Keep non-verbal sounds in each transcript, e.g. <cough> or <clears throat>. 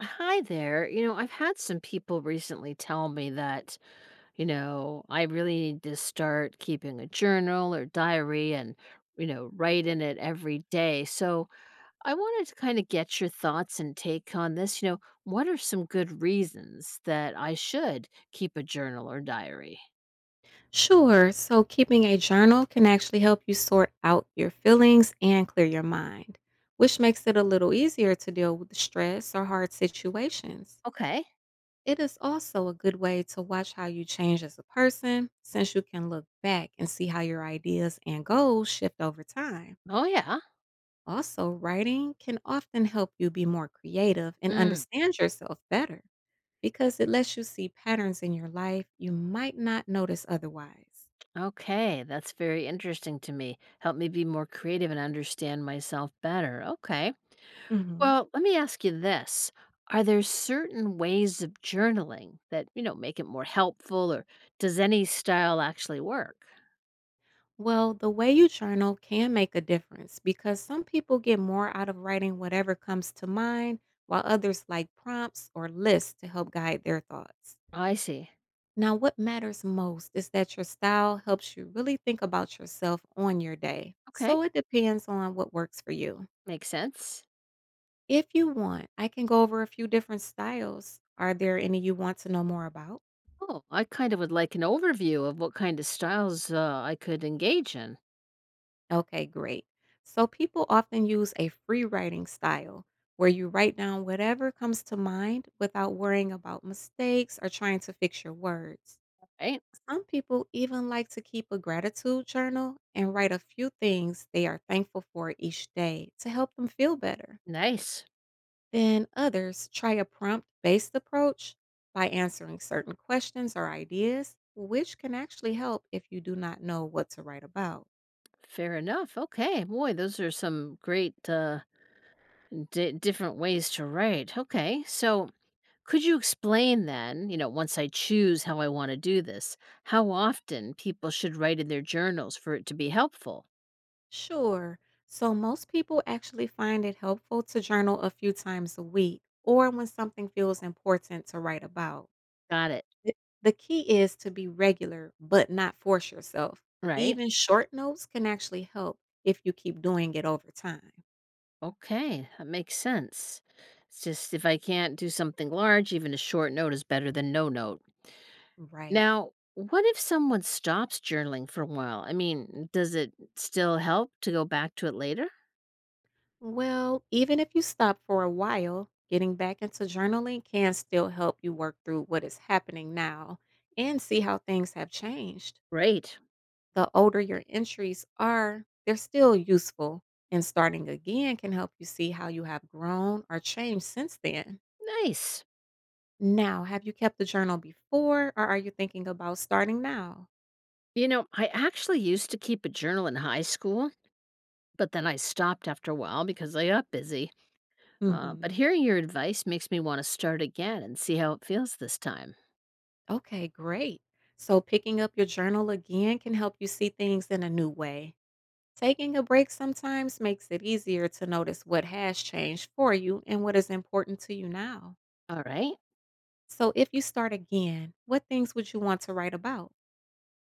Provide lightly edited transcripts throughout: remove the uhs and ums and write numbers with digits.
Hi there. I've had some people recently tell me that, I really need to start keeping a journal or diary and, write in it every day. So I wanted to kind of get your thoughts and take on this. What are some good reasons that I should keep a journal or diary? Sure. So, keeping a journal can actually help you sort out your feelings and clear your mind, which makes it a little easier to deal with stress or hard situations. Okay. It is also a good way to watch how you change as a person, since you can look back and see how your ideas and goals shift over time. Oh, yeah. Also, writing can often help you be more creative and Mm, understand yourself better because it lets you see patterns in your life you might not notice otherwise. okay. That's very interesting to me. Help me be more creative and understand myself better. Okay. Mhm. Well, let me ask you this. Are there certain ways of journaling that, make it more helpful, or does any style actually work? Well, the way you journal can make a difference because some people get more out of writing whatever comes to mind, while others like prompts or lists to help guide their thoughts. I see. Now, what matters most is that your style helps you really think about yourself on your day. Okay. So it depends on what works for you. Makes sense. If you want, I can go over a few different styles. Are there any you want to know more about? Oh, I kind of would like an overview of what kind of styles I could engage in. Okay, great. So people often use a free writing style where you write down whatever comes to mind without worrying about mistakes or trying to fix your words. Right? Some people even like to keep a gratitude journal and write a few things they are thankful for each day to help them feel better. Nice. Then others try a prompt based approach by answering certain questions or ideas, which can actually help if you do not know what to write about. Fair enough. Okay. Boy, those are some great di different ways to write. Okay. So, could you explain then, once I choose how I want to do this, how often people should write in their journals for it to be helpful? Sure. So most people actually find it helpful to journal a few times a week or when something feels important to write about. Got it. The key is to be regular, but not force yourself. Right. Even short notes can actually help if you keep doing it over time. Okay. That makes sense. It's just if I can't do something large, even a short note is better than no note. Right. Now, what if someone stops journaling for a while? I mean, does it still help to go back to it later? Well, even if you stop for a while, getting back into journaling can still help you work through what is happening now and see how things have changed. Great. The older your entries are, they're still useful, and starting again can help you see how you have grown or changed since then. Nice. Now, have you kept a journal before, or are you thinking about starting now? I actually used to keep a journal in high school, but then I stopped after a while because I got busy. But Hmm. hearing your advice makes me want to start again and see how it feels this time. Okay, great. So, picking up your journal again can help you see things in a new way. Taking a break sometimes makes it easier to notice what has changed for you and what is important to you now. All right. So, if you start again, what things would you want to write about?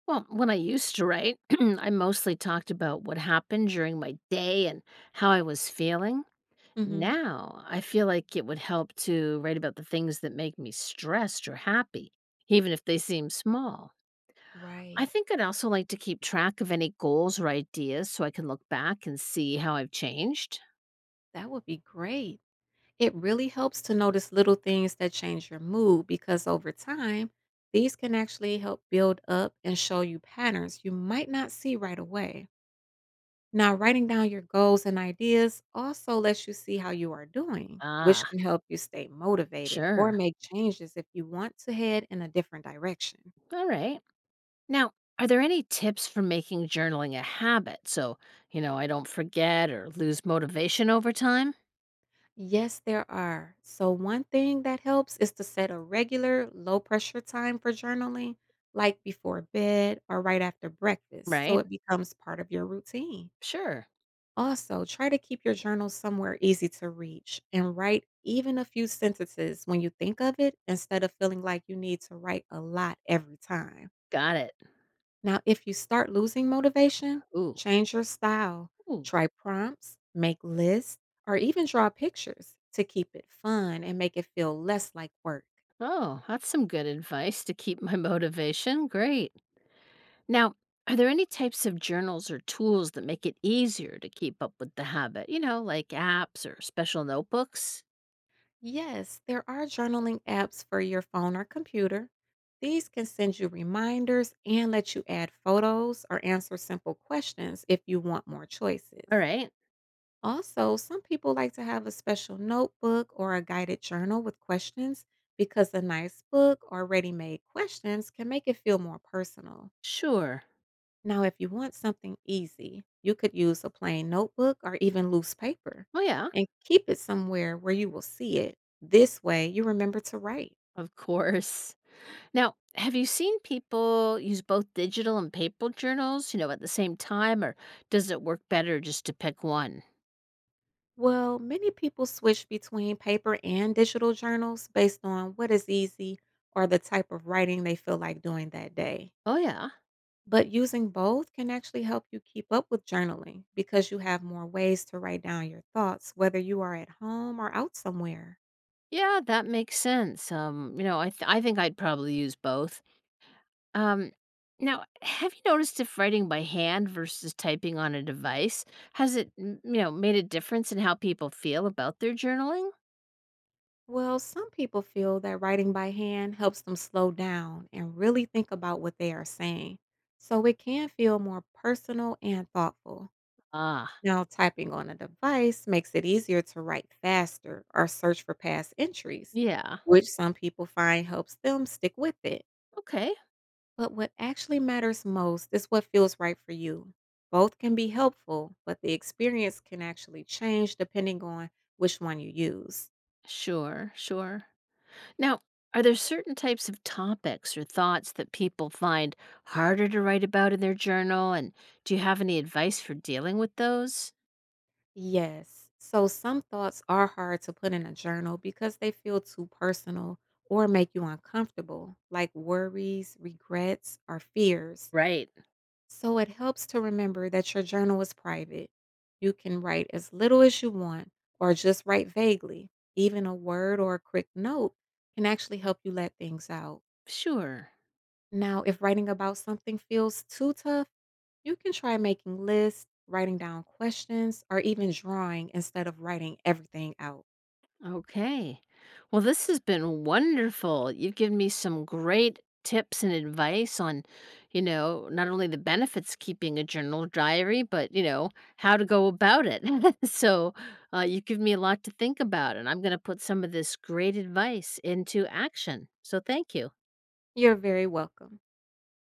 Well, when I used to write, <clears throat> I mostly talked about what happened during my day and how I was feeling. Hmm. Now, I feel like it would help to write about the things that make me stressed or happy, even if they seem small. I Right. think I'd also like to keep track of any goals or ideas so I can look back and see how I've changed. That would be great. It really helps to notice little things that change your mood because over time, these can actually help build up and show you patterns you might not see right away. Now, writing down your goals and ideas also lets you see how you are doing, which Ah, can help you stay motivated or sure. make changes if you want to head in a different direction. All right. Now, are there any tips for making journaling a habit so, I don't forget or lose motivation over time? Yes, there are. So, one thing that helps is to set a regular low pressure time for journaling, like before bed or right after breakfast, so Right? it becomes part of your routine. Sure. Also, try to keep your journal somewhere easy to reach and write even a few sentences when you think of it instead of feeling like you need to write a lot every time. Got it. Now, if you start losing motivation, Ooh. change your style. Ooh. Try prompts, make lists, or even draw pictures to keep it fun and make it feel less like work. Oh, that's some good advice to keep my <laughs> motivation. Great. Now, are there any types of journals or tools that make it easier to keep up with the habit? Like apps or special notebooks? Yes, there are journaling apps for your phone or computer. These can send you reminders and let you add photos or answer simple questions if you want more All choices. right. Also, some people like to have a special notebook or a guided journal with questions because a nice book or ready made questions can make it feel more personal. Sure. Now, if you want something easy, you could use a plain notebook or even loose paper Oh, yeah. and keep it somewhere where you will see it. This way, you remember to write. Of course. Now, have you seen people use both digital and paper journals, at the same time, or does it work better just to pick one? Well, many people switch between paper and digital journals based on what is easy or the type of writing they feel like doing that day. Oh yeah, But using both can actually help you keep up with journaling because you have more ways to write down your thoughts, whether you are at home or out somewhere. yeah, that makes sense. I think I'd probably use both. Um, now, have you noticed if writing by hand versus typing on a device has it made a difference in how people feel about their journaling? Well, some people feel that writing by hand helps them slow down and really think about what they are saying. So it can feel more personal and thoughtful. Ah, Now, typing on a device makes it easier to write faster or search for past entries, yeah, which some people find helps them stick with it. okay, But what actually matters most is what feels right for you. Both can be helpful, but the experience can actually change depending on which one you use. sure, sure. Now, are there certain types of topics or thoughts that people find harder to write about in their journal? And do you have any advice for dealing with those? Yes, so some thoughts are hard to put in a journal because they feel too personal or make you uncomfortable, like worries, regrets, or fears. Right. So it helps to remember that your journal is private. You can write as little as you want or just write vaguely. Even a word or a quick note can actually help you let things out. Sure. Now, if writing about something feels too tough, you can try making lists, writing down questions, or even drawing instead of writing everything out. Okay. Well, this has been wonderful. You've given me some great tips and advice on, not only the benefits of keeping a journal diary, but, how to go about it. <laughs> So you've given me a lot to think about, and I'm going to put some of this great advice into action. So thank you. You're very welcome.